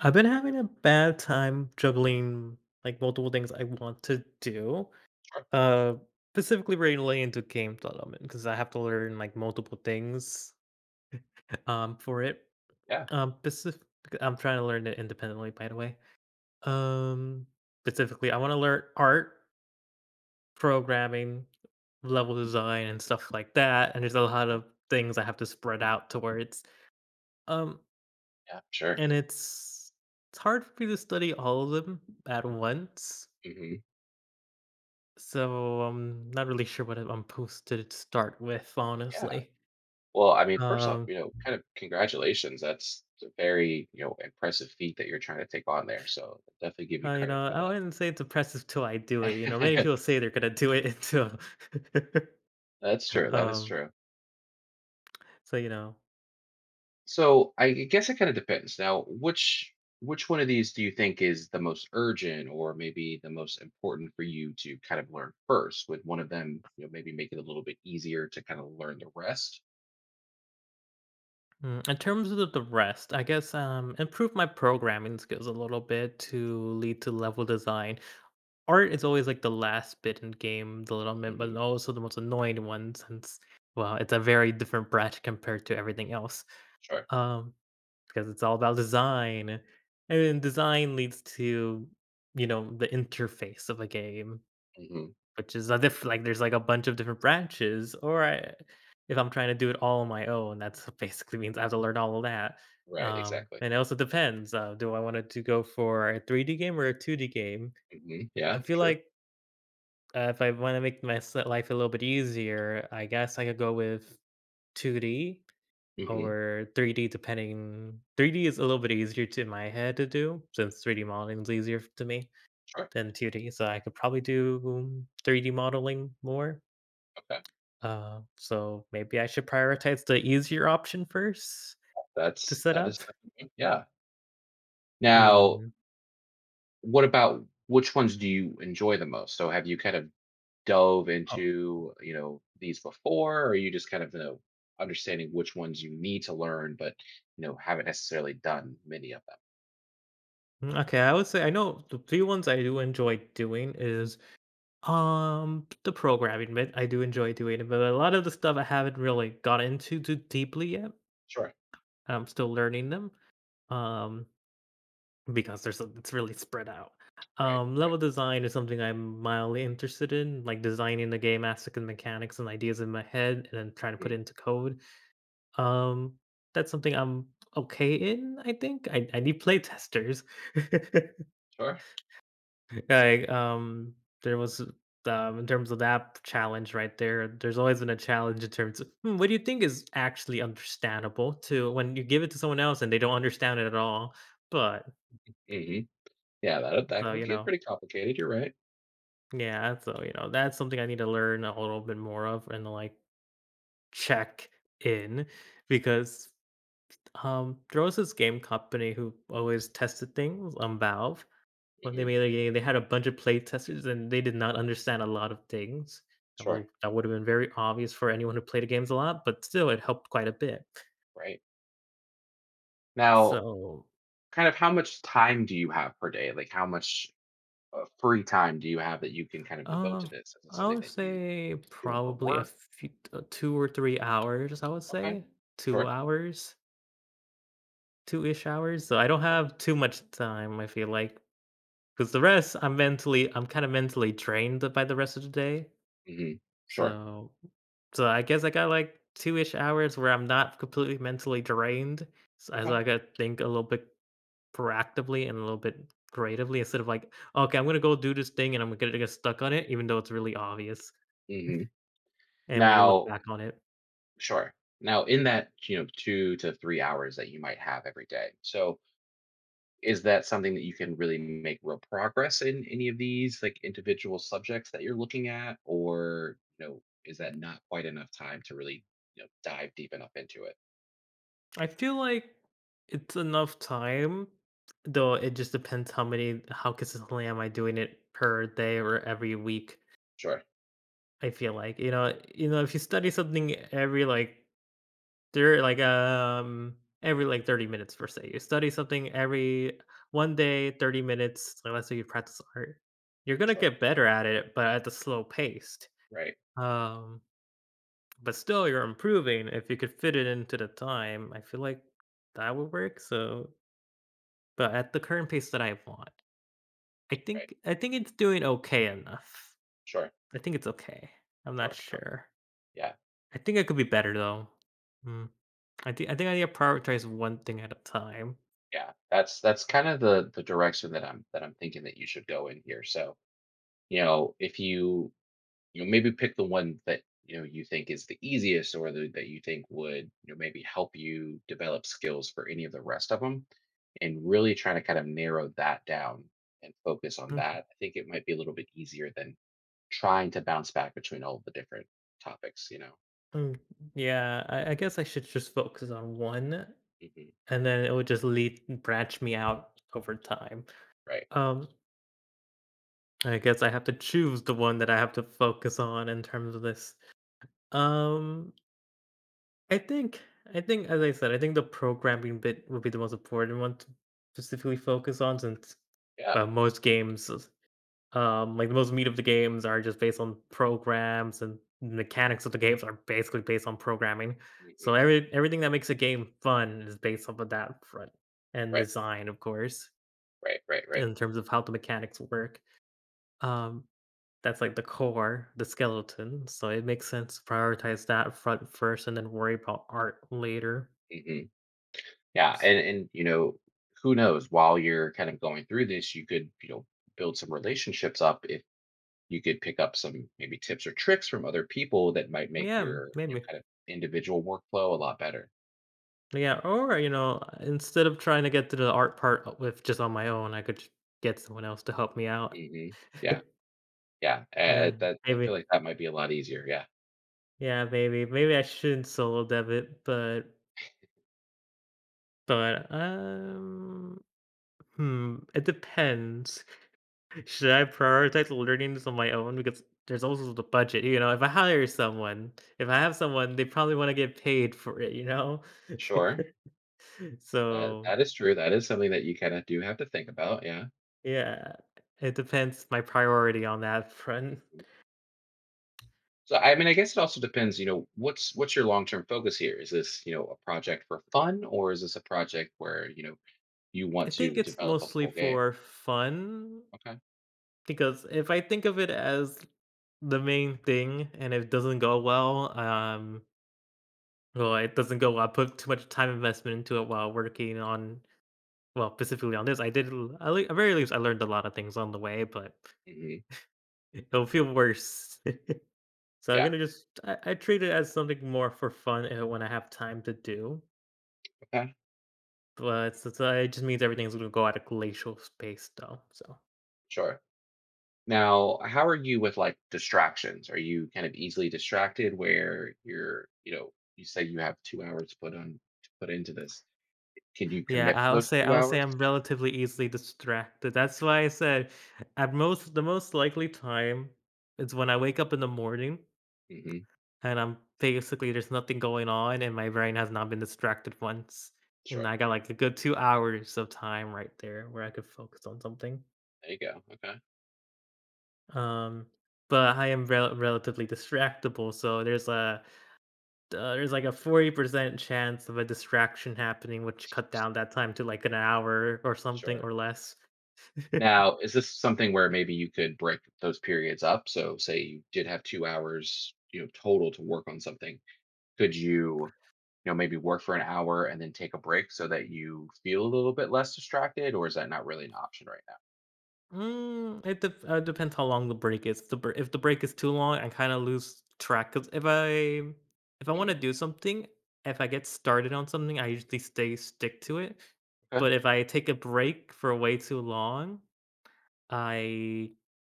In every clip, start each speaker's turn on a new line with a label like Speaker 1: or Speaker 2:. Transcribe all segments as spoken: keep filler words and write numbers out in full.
Speaker 1: I've been having a bad time juggling like multiple things I want to do,
Speaker 2: Sure.
Speaker 1: uh, specifically relating to game development because I have to learn like multiple things um for it.
Speaker 2: Yeah.
Speaker 1: Um, specific, I'm trying to learn it independently, by the way. Um, specifically, I want to learn art, programming, level design, and stuff like that. And there's a lot
Speaker 2: Yeah.
Speaker 1: of things I have to spread out towards. Um,
Speaker 2: Yeah. Sure.
Speaker 1: and it's it's hard for me to study all of them at once.
Speaker 2: Hmm.
Speaker 1: So, I'm not really sure what I'm supposed to start with,
Speaker 2: Yeah.
Speaker 1: honestly.
Speaker 2: Well, I mean, first off,
Speaker 1: Um,
Speaker 2: you know, kind of congratulations. That's a very, you know, impressive feat that you're trying to take on there. So definitely give you
Speaker 1: uh, you
Speaker 2: credit
Speaker 1: know,
Speaker 2: for
Speaker 1: I wouldn't say it's oppressive till I do it. You know, many
Speaker 2: that.
Speaker 1: people say they're gonna do it until
Speaker 2: That's true. That is
Speaker 1: um,
Speaker 2: true.
Speaker 1: so, you know,
Speaker 2: So I g- guess it kind of depends. Now, which which one of these do you think is the most urgent or maybe the most important for you to kind of learn first? Would one of them, you know, maybe make it a little bit easier to kind of learn the rest?
Speaker 1: mm, in terms of the rest, I guess, um, improve my programming skills a little bit to lead to level design. Art is always, like, the last bit in game development,
Speaker 2: Hmm.
Speaker 1: but also the most annoying one since, well, it's a very different brat compared to everything else.
Speaker 2: Sure.
Speaker 1: Um, because it's all about design, and design leads to, you know, the interface of a game,
Speaker 2: Hmm.
Speaker 1: which is a diff- like there's like a bunch of different branches. Or I, if I'm trying to do it all on my own, that's basically means I have to learn all of that.
Speaker 2: Right.
Speaker 1: Um,
Speaker 2: Exactly.
Speaker 1: and it also depends. Uh, do I want it to go for a three D game or a two D game?
Speaker 2: Hmm.
Speaker 1: I
Speaker 2: Yeah.
Speaker 1: feel
Speaker 2: True.
Speaker 1: like uh, if I want to make my s- life a little bit easier, I guess I could go with two D
Speaker 2: Hmm.
Speaker 1: or three D depending three D is a little bit easier to, in my head, to do since three D modeling is easier f- to me
Speaker 2: Sure.
Speaker 1: than two D. So I could probably do three D modeling more.
Speaker 2: Okay.
Speaker 1: Uh, so maybe I should prioritize the easier option first to
Speaker 2: That's
Speaker 1: set
Speaker 2: that
Speaker 1: up.
Speaker 2: is something- Yeah. Now,
Speaker 1: Hmm.
Speaker 2: what about which ones do you enjoy the most? So have you kind of dove
Speaker 1: Oh,
Speaker 2: into, you know, these before, or are you just kind of, you know, understanding which ones you need to learn, but you know, haven't necessarily done many of them?
Speaker 1: mm, okay. I would say I know the few ones I do enjoy doing is um the programming bit. I do enjoy doing it, but a lot of the stuff I haven't really got into too deeply yet.
Speaker 2: Sure.
Speaker 1: I'm still learning them. Um, because there's a, it's really spread out.
Speaker 2: Right,
Speaker 1: Um,
Speaker 2: right.
Speaker 1: level design is something I'm mildly interested in, like designing the game aspect and mechanics and ideas in my head, and then trying to put it
Speaker 2: Hmm.
Speaker 1: into code. Um, that's something I'm okay in. I think I, I need play testers.
Speaker 2: Sure.
Speaker 1: like um, there was um, In terms of that challenge right there, there's always been a challenge in terms of, "Hmm, what do you think is actually understandable to when you give it to someone else and they don't understand it at all?" But
Speaker 2: Hmm. Yeah, that that
Speaker 1: so
Speaker 2: would
Speaker 1: you
Speaker 2: get
Speaker 1: know
Speaker 2: pretty complicated. You're right.
Speaker 1: Yeah, so, you know, that's something I need to learn a little bit more of and, like, check in. Because, um, there was this game company who always tested things on Valve when they
Speaker 2: Hmm.
Speaker 1: made a game. They had a bunch of play testers, and they did not understand a lot of things. That
Speaker 2: Sure.
Speaker 1: was that would've been very obvious for anyone who played the games a lot, but still, it helped quite a bit.
Speaker 2: Right. Now,
Speaker 1: So,
Speaker 2: kind of how much time do you have per day? Like how much uh, free time do you have that you can kind of devote
Speaker 1: uh,
Speaker 2: to this? Is it
Speaker 1: I
Speaker 2: something
Speaker 1: would
Speaker 2: that you
Speaker 1: say
Speaker 2: are doing for
Speaker 1: probably a
Speaker 2: work?
Speaker 1: few uh, two or three hours, I would
Speaker 2: Okay,
Speaker 1: say. two
Speaker 2: sure.
Speaker 1: hours? two-ish hours, so I don't
Speaker 2: Okay.
Speaker 1: have too much time, I feel like because the rest, I'm mentally I'm kinda mentally drained by the rest of the day,
Speaker 2: Hmm. Sure.
Speaker 1: so so I guess I got, like, two-ish hours where I'm not completely mentally drained, so as
Speaker 2: Okay.
Speaker 1: I gotta think a little bit proactively and a little bit creatively instead of like, "Okay, I'm gonna go do this thing, and I'm gonna get stuck on it," even though it's really obvious,
Speaker 2: Hmm.
Speaker 1: and when you look
Speaker 2: Now,
Speaker 1: back on it.
Speaker 2: sure. Now, in that you know two to three hours that you might have every day, so is that something that you can really make real progress in any of these like individual subjects that you're looking at, or you know, is that not quite enough time to really you know dive deep enough into it?
Speaker 1: I feel like it's enough time, though it just depends how many how consistently am I doing it per day or every week.
Speaker 2: Sure.
Speaker 1: I feel like, you know, you know, if you study something every like there like um every like thirty minutes per se, you study something every one day thirty minutes, like, let's say you practice art, you're gonna
Speaker 2: Sure.
Speaker 1: get better at it but at the slow pace.
Speaker 2: Right.
Speaker 1: um but still you're improving if you could fit it into the time, I feel like that would work. So but at the current pace that I want, I
Speaker 2: Right.
Speaker 1: think I think it's doing okay enough.
Speaker 2: Sure.
Speaker 1: I think it's okay. I'm not
Speaker 2: Sure. Sure.
Speaker 1: sure.
Speaker 2: Yeah.
Speaker 1: I think I could be better though. Mm. I think I think I need to prioritize one thing at a time.
Speaker 2: Yeah, that's that's kind of the the direction that I'm that I'm thinking that you should go in here. So, you know, if you you know maybe pick the one that you know you think is the easiest or the, that you think would you know maybe help you develop skills for any of the rest of them, and really trying to kind of narrow that down and focus on
Speaker 1: Okay.
Speaker 2: that. I think it might be a little bit easier than trying to bounce back between all the different topics. You know.
Speaker 1: Mm, yeah, I, I guess I should just focus on one,
Speaker 2: Hmm.
Speaker 1: and then it would just lead branch me out over time.
Speaker 2: Right?
Speaker 1: Um, I guess I have to choose the one that I have to focus on in terms of this. Um, I think I think as I said, I think the programming bit would be the most important one to specifically focus on since
Speaker 2: Yeah.
Speaker 1: well, most games is- um like the most meat of the games are just based on programs, and the mechanics of the games are basically based on programming. So
Speaker 2: Hmm.
Speaker 1: every everything that makes a game fun is based off of that front and
Speaker 2: Right,
Speaker 1: design, of course,
Speaker 2: right, right, right.
Speaker 1: in terms of how the mechanics work. Um that's like the core, the skeleton. So it makes sense to prioritize that front first and then worry about art later.
Speaker 2: Hmm. Yeah, and and you know, who knows? While you're kind of going through this, you could you know build some relationships up if you could pick up some maybe tips or tricks from other people that might make
Speaker 1: Yeah,
Speaker 2: your you know
Speaker 1: maybe.
Speaker 2: kind of individual workflow a lot better.
Speaker 1: Yeah, or, you know, instead of trying to get to the art part uh, with just on my own, I could just get someone else to help me out.
Speaker 2: Hmm. Yeah, yeah, uh,
Speaker 1: Yeah,
Speaker 2: that I feel
Speaker 1: maybe.
Speaker 2: like that might be a lot easier. Yeah,
Speaker 1: Yeah, maybe. Maybe I shouldn't solo dev it, but but um, hmm, it depends. Should I prioritize learning this on my own? Because there's also the budget, you know. If I hire someone, if I have someone, they probably want to get paid for it, you know?
Speaker 2: sure. That
Speaker 1: So
Speaker 2: that is true. That is something that you kind of do have to think about. Yeah.
Speaker 1: yeah, it depends my priority on that front.
Speaker 2: Mhm. So I mean, I guess it also depends. You know, what's what's your long term focus here? Is this you know a project for fun, or is this a project where you know you
Speaker 1: I
Speaker 2: want to
Speaker 1: think it's
Speaker 2: develop a
Speaker 1: mostly
Speaker 2: full game.
Speaker 1: for fun,
Speaker 2: Okay.
Speaker 1: because if I think of it as the main thing and it doesn't go well, um, well, it doesn't go well, I put too much time investment into it while working on well, specifically on this. I did l at lea At very least, I learned a lot of things on the way, but
Speaker 2: Hmm.
Speaker 1: it'll feel worse. So I'm
Speaker 2: Yeah.
Speaker 1: gonna just I I treat it as something more for fun, and when I have time to do.
Speaker 2: Okay.
Speaker 1: But it's it's, uh, it just means everything's gonna go out of glacial space though. So
Speaker 2: Sure. Now, how are you with like distractions? Are you kind of easily distracted where you're, you know, you say you have two hours put on to put into this. Can you
Speaker 1: yeah,
Speaker 2: commit for
Speaker 1: I'll
Speaker 2: those
Speaker 1: say
Speaker 2: two
Speaker 1: I'll say
Speaker 2: hours?
Speaker 1: I'm relatively easily distracted. That's why I said at most the most likely time is when I wake up in the morning
Speaker 2: Hmm.
Speaker 1: and I'm basically there's nothing going on and my brain has not been distracted once. And
Speaker 2: Sure.
Speaker 1: I got like a good two hours of time right there where I could focus on something.
Speaker 2: There you go. Okay.
Speaker 1: Um, but I am rel relatively distractible, so there's a uh, there's like a forty percent chance of a distraction happening, which cut down that time to like an hour or something
Speaker 2: Sure.
Speaker 1: or less.
Speaker 2: Now, is this something where maybe you could break those periods up? So, say you did have two hours, you know, total to work on something. Could you you know maybe work for an hour and then take a break so that you feel a little bit less distracted, or is that not really an option right now?
Speaker 1: Mm, it dep uh, depends how long the break is. If The br if the break is too long, I kind of lose track. 'Cause if I if I want to
Speaker 2: Mm,
Speaker 1: do something, if I get started on something, I usually stay stick to it.
Speaker 2: okay.
Speaker 1: But if I take a break for way too long, I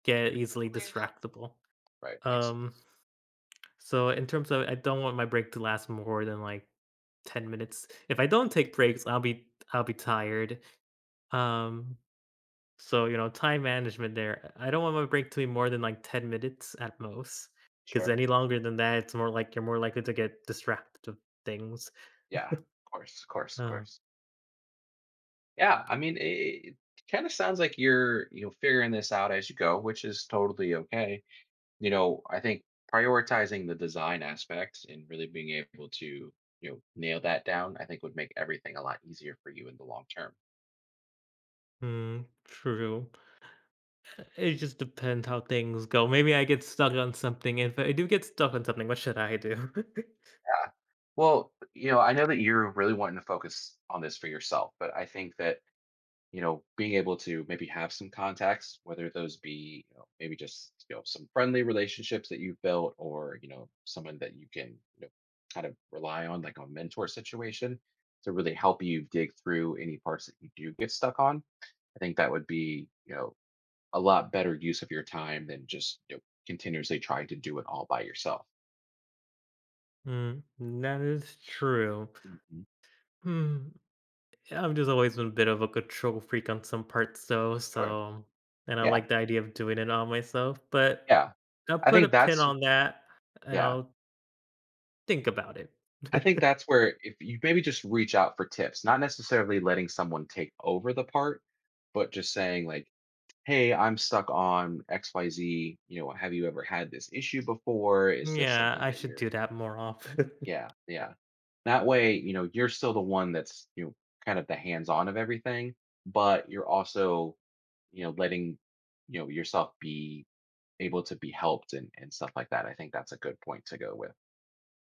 Speaker 1: get easily distractible.
Speaker 2: Right, makes
Speaker 1: Um,
Speaker 2: sense.
Speaker 1: So, in terms of, I don't want my break to last more than, like, ten minutes. If I don't take breaks, I'll be I'll be tired. Um, so, you know, time management there. I don't want my break to be more than, like, ten minutes at most. Because
Speaker 2: Sure.
Speaker 1: any longer than that, it's more like you're more likely to get distracted of things.
Speaker 2: Yeah, of course, of course, of
Speaker 1: Uh,
Speaker 2: course. Yeah, I mean, it kind of sounds like you're you know figuring this out as you go, which is totally okay. you know I think prioritizing the design aspect and really being able to you know nail that down, I think, would make everything a lot easier for you in the long term.
Speaker 1: mm, true. It just depends how things go. Maybe I get stuck on something. If I do get stuck on something, what should I do?
Speaker 2: Yeah. Well, you know, I know that you're really wanting to focus on this for yourself, but I think that, you know, being able to maybe have some contacts, whether those be, you know, maybe just, you know, some friendly relationships that you've built or, you know, someone that you can, you know, kind of rely on, like a mentor situation to really help you dig through any parts that you do get stuck on. I think that would be, you know, a lot better use of your time than just, you know, continuously trying to do it all by yourself.
Speaker 1: Mm, that is true.
Speaker 2: Mhm.
Speaker 1: Hmm. Yeah, I've just always been a bit of a control freak on some parts though,
Speaker 2: Sure.
Speaker 1: so and I
Speaker 2: Yeah.
Speaker 1: like the idea of doing it all myself, but
Speaker 2: Yeah.
Speaker 1: I'll
Speaker 2: I
Speaker 1: put a
Speaker 2: think
Speaker 1: pin
Speaker 2: that's
Speaker 1: on that and
Speaker 2: Yeah.
Speaker 1: I'll think about it.
Speaker 2: I think that's where if you maybe just reach out for tips, not necessarily letting someone take over the part, but just saying like, "Hey, I'm stuck on X Y Z, you know, have you ever had this issue before? Is this
Speaker 1: Yeah,
Speaker 2: something
Speaker 1: I
Speaker 2: that
Speaker 1: should
Speaker 2: you're—"
Speaker 1: do that more often.
Speaker 2: Yeah, yeah. That way, you know, you're still the one that's, you know, kind of the hands-on of everything, but you're also, you know, letting, you know, yourself be able to be helped and and stuff like that. I think that's a good point to go with.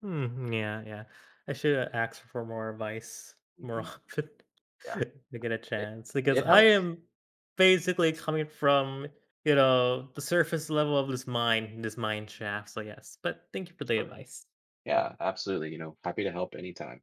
Speaker 1: Hmm, yeah, yeah. I should uh, ask for more advice more
Speaker 2: Mhm.
Speaker 1: often
Speaker 2: Yeah.
Speaker 1: to get a
Speaker 2: It
Speaker 1: chance because
Speaker 2: it
Speaker 1: I
Speaker 2: helps.
Speaker 1: am basically coming from, you know, the surface level of this mine, this mine shaft. So yes, but thank you for the
Speaker 2: Sure.
Speaker 1: advice.
Speaker 2: Yeah, absolutely, you know, happy to help anytime.